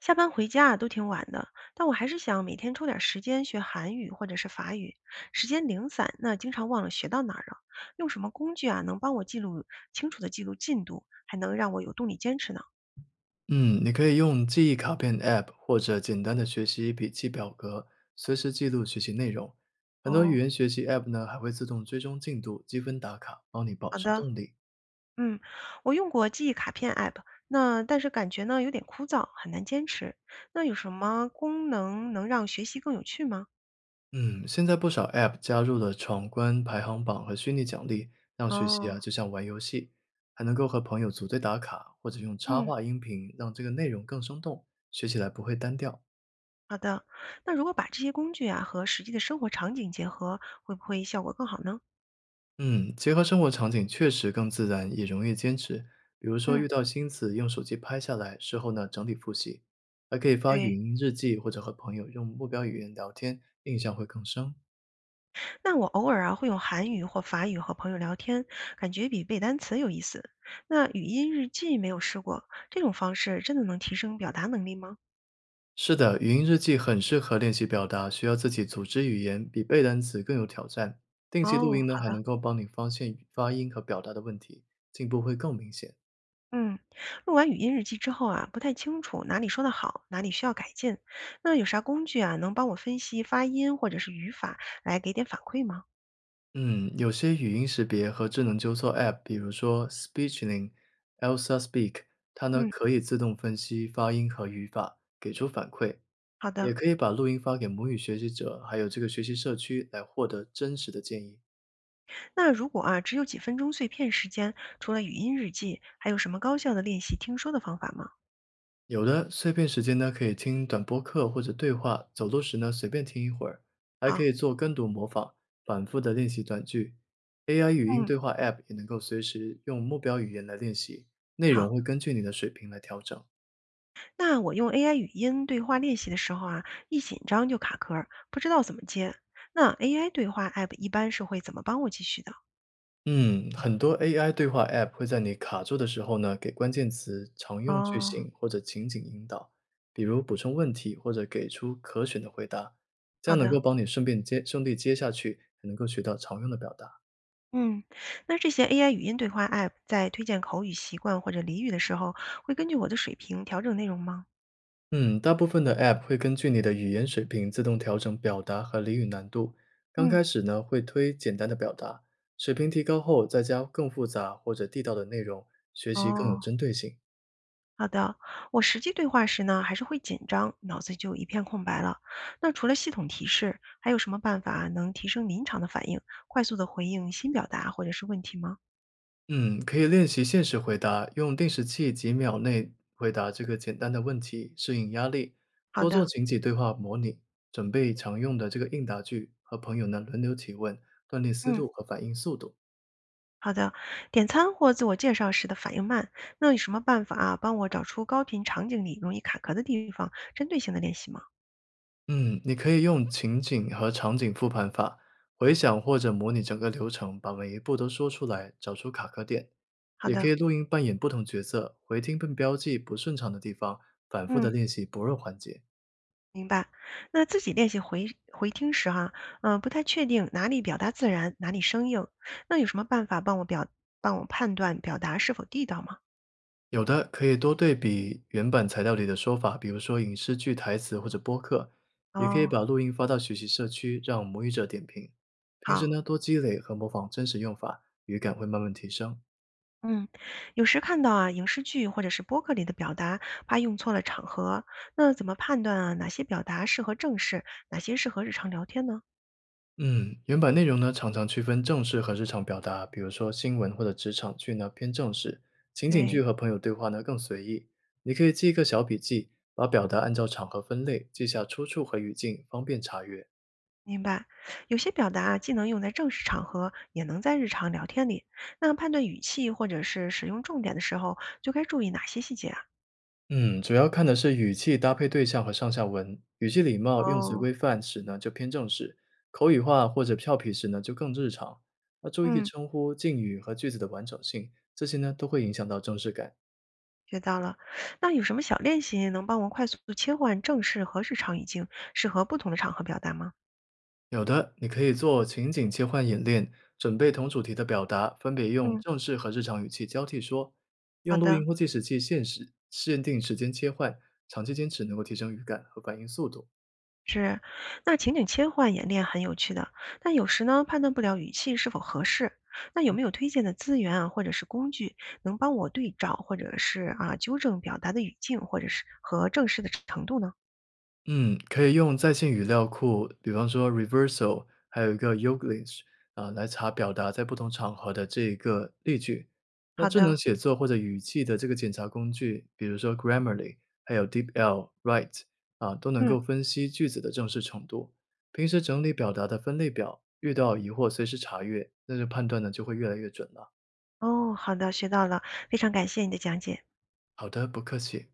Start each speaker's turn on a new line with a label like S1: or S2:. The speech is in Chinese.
S1: 下班回家啊都挺晚的，但我还是想每天抽点时间学韩语或者是法语。时间零散，那经常忘了学到哪儿了。用什么工具啊，能帮我记录清楚的记录进度，还能让我有动力坚持呢？
S2: 嗯，你可以用记忆卡片 App 或者简单的学习笔记表格，随时记录学习内容。很多语
S1: 哦，
S2: 言学习 App 呢还会自动追踪进度、积分打卡，帮你保
S1: 好
S2: 持
S1: 的，
S2: 动力。
S1: 嗯，我用过记忆卡片 app，那但是感觉呢有点枯燥，很难坚持。那有什么功能能让学习更有趣吗？
S2: 嗯，现在不少 App 加入了闯关排行榜和虚拟奖励，让学习
S1: 哦，
S2: 啊就像玩游戏，还能够和朋友组队打卡，或者用插
S1: 嗯，
S2: 画音频让这个内容更生动，学起来不会单调。
S1: 好的。那如果把这些工具啊和实际的生活场景结合，会不会效果更好呢？
S2: 嗯，结合生活场景确实更自然，也容易坚持。比如说
S1: 嗯。
S2: 遇到新词，用手机拍下来，事后呢整理复习，还可以发语
S1: 对，
S2: 音日记，或者和朋友用目标语言聊天，印象会更深。
S1: 那我偶尔啊会用韩语或法语和朋友聊天，感觉比背单词有意思。那语音日记没有试过，这种方式真的能提升表达能力吗？
S2: 是的，语音日记很适合练习表达，需要自己组织语言，比背单词更有挑战。定期录
S1: 哦，
S2: 音呢，
S1: 好
S2: 还
S1: 的，
S2: 能够帮你发现发音和表达的问题，进步会更明显。
S1: 嗯，录完语音日记之后啊，不太清楚哪里说得好，哪里需要改进。那有啥工具啊，能帮我分析发音或者是语法，来给点反馈吗？
S2: 嗯，有些语音识别和智能纠错 App，比如说 Speechling、Elsa Speak，它呢
S1: 嗯，
S2: 可以自动分析发音和语法，给出反馈，
S1: 好
S2: 也
S1: 的。
S2: 可以把录音发给母语学习者，还有这个学习社区来获得真实的建议。
S1: 那如果啊只有几分钟碎片时间，除了语音日记，还有什么高效的练习听说的方法吗？
S2: 有的碎片时间呢可以听短播课或者对话，走路时呢随便听一会儿，还可以
S1: 好，
S2: 做跟读模仿，反复的练习短句。AI 语音
S1: 嗯，
S2: 对话 App 也能够随时用目标语言来练习，内容
S1: 好。
S2: 会根据你的水平来调整。
S1: 那我用 AI 语音对话练习的时候啊，一紧张就卡壳儿，不知道怎么接。那 AI 对话 App 一般是会怎么帮我继续的？
S2: 嗯，很多 AI 对话 App 会在你卡住的时候呢，给关键词常用句
S1: 哦，
S2: 型或者情景引导，比如补充问题或者给出可选的回答，这样
S1: 好
S2: 能够
S1: 的，
S2: 帮你顺利接下去，还能够学到常用的表达。
S1: 嗯，那这些 AI 语音对话 App 在推荐口语习惯或者俚语的时候，会根据我的水平调整内容吗？
S2: 嗯，大部分的 App 会根据你的语言水平自动调整表达和俚语难度。刚
S1: 嗯，
S2: 开始呢，会推简单的表达，水平提高后再加更复杂或者地道的内容，学习更有
S1: 哦，
S2: 针对性。
S1: 好的。我实际对话时呢，还是会紧张，脑子就一片空白了。那除了系统提示，还有什么办法能提升临场的反应，快速的回应新表达或者是问题吗？
S2: 嗯，可以练习限时回答，用定时器几秒内回答这个简单的问题，适应压力。
S1: 好
S2: 多做
S1: 的，
S2: 情景对话模拟，准备常用的这个应答句，和朋友呢轮流提问，锻炼思
S1: 嗯。
S2: 路和反应速度。
S1: 好的，点餐或自我介绍时的反应慢，那有什么办法啊，帮我找出高频场景里容易卡壳的地方，针对性的练习吗？
S2: 嗯，你可以用情景和场景复盘法，回想或者模拟整个流程，把每一步都说出来，找出卡壳点。
S1: 好
S2: 也可以
S1: 的，
S2: 录音扮演不同角色，回听并标记不顺畅的地方，反复的
S1: 嗯，
S2: 练习薄弱环节。
S1: 明白。那自己练习回听时哈、嗯、不太确定哪里表达自然，哪里生硬，那有什么办法帮我判断表达是否地道吗？
S2: 有的可以多对比原版材料里的说法，比如说影视剧台词或者播客，也可以
S1: 哦，
S2: 把录音发到学习社区，让母语者点评。平时
S1: 好。
S2: 呢，多积累和模仿真实用法，语感会慢慢提升。
S1: 嗯，有时看到啊，影视剧或者是播客里的表达，怕用错了场合，那怎么判断啊？哪些表达适合正式，哪些适合日常聊天呢？
S2: 嗯，原版内容呢，常常区分正式和日常表达，比如说新闻或者职场剧呢偏正式，情景剧
S1: 对，
S2: 和朋友对话呢更随意。你可以记一个小笔记，把表达按照场合分类，记下出处和语境，方便查阅。
S1: 明白。有些表达啊既能用在正式场合，也能在日常聊天里。那判断语气或者是使用重点的时候，就该注意哪些细节啊？
S2: 嗯，主要看的是语气搭配对象和上下文，语气礼貌、用词
S1: 哦，
S2: 规范时呢就偏正式，口语化或者俏皮时呢就更日常。那注意
S1: 嗯，
S2: 称呼、敬语和句子的完整性，这些呢都会影响到正式感。
S1: 学到了。那有什么小练习能帮我快速地切换正式和日常语境，适合不同的场合表达吗？
S2: 有的你可以做情景切换演练，准备同主题的表达，分别用
S1: 嗯，
S2: 正式和日常语气交替说，
S1: 好
S2: 用录音
S1: 的。
S2: 或计时器限定时间切换，长期坚持能够提升语感和反应速度。
S1: 是，那情景切换演练很有趣的，但有时呢判断不了语气是否合适。那有没有推荐的资源啊，或者是工具，能帮我对照或者是纠正表达的语境，或者是和正式的程度呢？
S2: 嗯，可以用在线语料库，比方说 Reversal，还有一个 Yoglist 啊，来查表达在不同场合的这个例句。那
S1: 好
S2: 智能
S1: 的，
S2: 写作或者语气的这个检查工具，比如说 Grammarly，还有 DeepL、Write 啊，都能
S1: 嗯，
S2: 够分析句子的正式程度。平时整理表达的分类表，遇到疑惑随时查阅，那就判断呢就会越来越准了。
S1: 哦，好的，学到了，非常感谢你的讲解。
S2: 好的，不客气。